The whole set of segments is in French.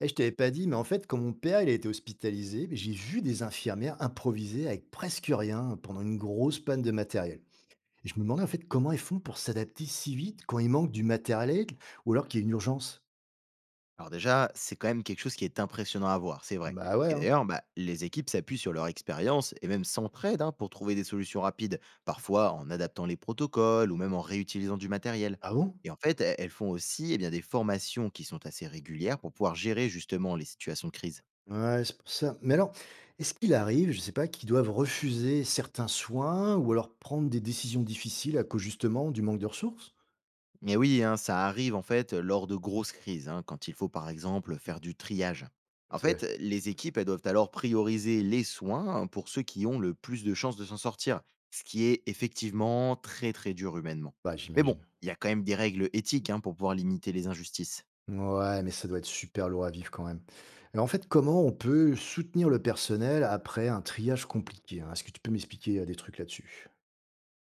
Eh, je t'avais pas dit, mais en fait, quand mon père il a été hospitalisé, j'ai vu des infirmières improviser avec presque rien pendant une grosse panne de matériel. Et je me demandais en fait comment elles font pour s'adapter si vite quand il manque du matériel ou alors qu'il y a une urgence. Alors déjà, c'est quand même quelque chose qui est impressionnant à voir, c'est vrai. Bah ouais, Et hein. d'ailleurs, bah, les équipes s'appuient sur leur expérience et même s'entraident hein, pour trouver des solutions rapides, parfois en adaptant les protocoles ou même en réutilisant du matériel. Ah bon. Et en fait, elles font aussi eh bien, des formations qui sont assez régulières pour pouvoir gérer justement les situations de crise. Ouais, c'est pour ça. Mais alors, est-ce qu'il arrive, je sais pas, qu'ils doivent refuser certains soins ou alors prendre des décisions difficiles à cause justement du manque de ressources? Mais oui, hein, ça arrive en fait lors de grosses crises, hein, quand il faut par exemple faire du triage. En Tu... fait, les équipes elles doivent alors prioriser les soins pour ceux qui ont le plus de chances de s'en sortir, ce qui est effectivement très très dur humainement. Bah Mais bon, j'imagine. il y a quand même des règles éthiques hein, pour pouvoir limiter les injustices. Ouais, mais ça doit être super lourd à vivre quand même. Alors en fait, comment on peut soutenir le personnel après un triage compliqué, hein? Est-ce que tu peux m'expliquer des trucs là-dessus?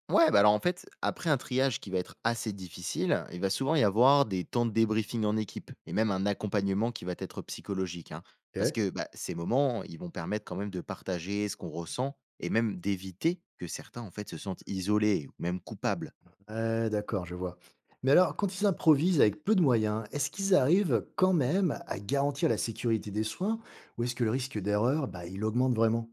Ouais, bah alors en fait, après un triage qui va être assez difficile, il va souvent y avoir des temps de débriefing en équipe et même un accompagnement qui va être psychologique, hein, parce OK. que bah, ces moments, ils vont permettre quand même de partager ce qu'on ressent et même d'éviter que certains en fait se sentent isolés ou même coupables. Ouais, d'accord, je vois. Mais alors, quand ils improvisent avec peu de moyens, est-ce qu'ils arrivent quand même à garantir la sécurité des soins ou est-ce que le risque d'erreur, bah, il augmente vraiment?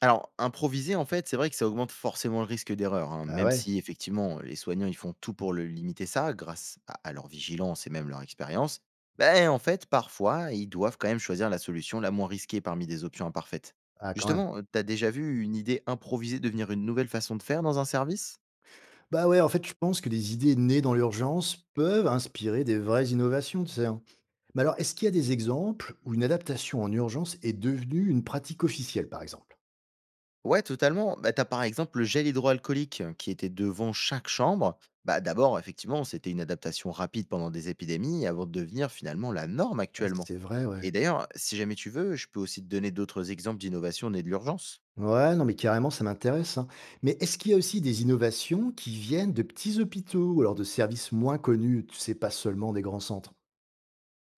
Alors, improviser, en fait, c'est vrai que ça augmente forcément le risque d'erreur, hein, Bah même ouais, si effectivement les soignants ils font tout pour le limiter ça, grâce à leur vigilance et même leur expérience. Ben, en fait, parfois, ils doivent quand même choisir la solution la moins risquée parmi des options imparfaites. ah quand même. Justement, t'as déjà vu une idée improvisée devenir une nouvelle façon de faire dans un service. Bah ouais, en fait, je pense que des idées nées dans l'urgence peuvent inspirer des vraies innovations, tu sais, hein. Mais alors, est-ce qu'il y a des exemples où une adaptation en urgence est devenue une pratique officielle, par exemple? Ouais, totalement. Bah, tu par exemple le gel hydroalcoolique qui était devant chaque chambre. Bah, d'abord, effectivement, c'était une adaptation rapide pendant des épidémies avant de devenir finalement la norme Ouais, actuellement. c'est vrai, ouais. Et d'ailleurs, si jamais tu veux, je peux aussi te donner d'autres exemples d'innovations nées de l'urgence. Ouais, non, mais carrément, ça m'intéresse, hein. Mais est-ce qu'il y a aussi des innovations qui viennent de petits hôpitaux ou alors de services moins connus, tu sais, pas seulement des grands centres?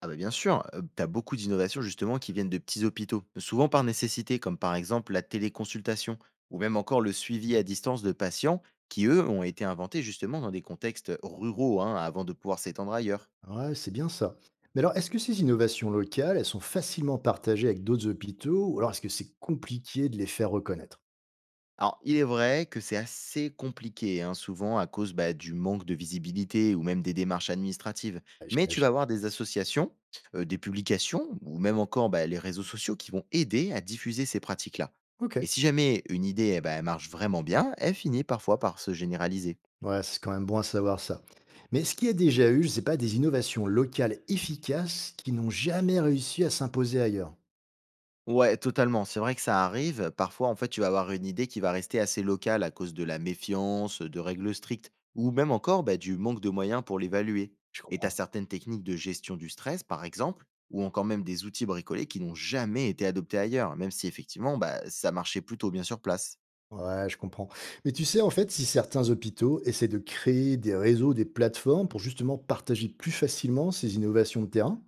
Ah bah bien sûr, tu as beaucoup d'innovations justement qui viennent de petits hôpitaux, souvent par nécessité, comme par exemple la téléconsultation ou même encore le suivi à distance de patients qui, eux, ont été inventés justement dans des contextes ruraux hein, avant de pouvoir s'étendre ailleurs. Ouais, c'est bien ça. Mais alors, est-ce que ces innovations locales, elles sont facilement partagées avec d'autres hôpitaux ou alors est-ce que c'est compliqué de les faire reconnaître? Alors, il est vrai que c'est assez compliqué, hein, souvent à cause bah, du manque de visibilité ou même des démarches administratives. Ouais, Mais tu vas j'imagine. avoir des associations, des publications ou même encore bah, les réseaux sociaux qui vont aider à diffuser ces pratiques-là. Ok. Et si jamais une idée eh ben, elle marche vraiment bien, elle finit parfois par se généraliser. Ouais, c'est quand même bon à savoir ça. Mais est-ce qu'il y a déjà eu, je sais pas, des innovations locales efficaces qui n'ont jamais réussi à s'imposer ailleurs? Ouais, totalement. C'est vrai que ça arrive. Parfois, en fait, tu vas avoir une idée qui va rester assez locale à cause de la méfiance, de règles strictes, ou même encore bah, du manque de moyens pour l'évaluer. Je Et tu as comprends. certaines techniques de gestion du stress, par exemple, ou encore même des outils bricolés qui n'ont jamais été adoptés ailleurs, même si effectivement, bah, ça marchait plutôt bien sur place. Ouais, je comprends. Mais tu sais, en fait, si certains hôpitaux essaient de créer des réseaux, des plateformes pour justement partager plus facilement ces innovations de terrain.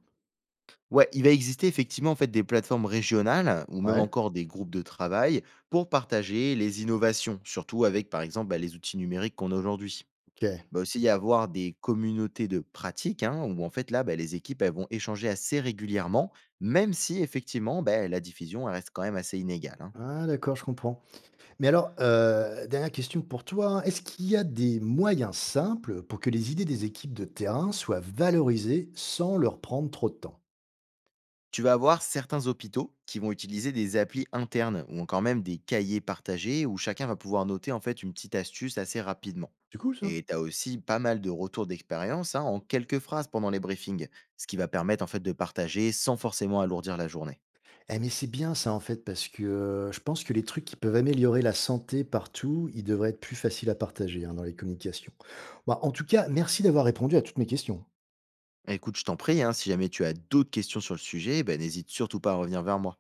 Ouais, il va exister effectivement en fait des plateformes régionales ou même Ouais, encore des groupes de travail pour partager les innovations, surtout avec par exemple bah, les outils numériques qu'on a aujourd'hui. ok. Va aussi y avoir des communautés de pratique, hein, où en fait là, bah, les équipes elles vont échanger assez régulièrement, même si effectivement bah, la diffusion elle reste quand même assez inégale, hein. Ah, d'accord, je comprends. Mais alors, dernière question pour toi, hein. Est-ce qu'il y a des moyens simples pour que les idées des équipes de terrain soient valorisées sans leur prendre trop de temps? Tu vas avoir certains hôpitaux qui vont utiliser des applis internes ou encore même des cahiers partagés où chacun va pouvoir noter en fait une petite astuce assez rapidement. C'est cool ça. Et tu as aussi pas mal de retours d'expérience hein, en quelques phrases pendant les briefings, ce qui va permettre en fait de partager sans forcément alourdir la journée. Eh mais c'est bien ça en fait parce que, je pense que les trucs qui peuvent améliorer la santé partout, ils devraient être plus faciles à partager, hein, dans les communications. Bah, en tout cas, merci d'avoir répondu à toutes mes questions. Écoute, je t'en prie, hein, si jamais tu as d'autres questions sur le sujet, ben, n'hésite surtout pas à revenir vers moi.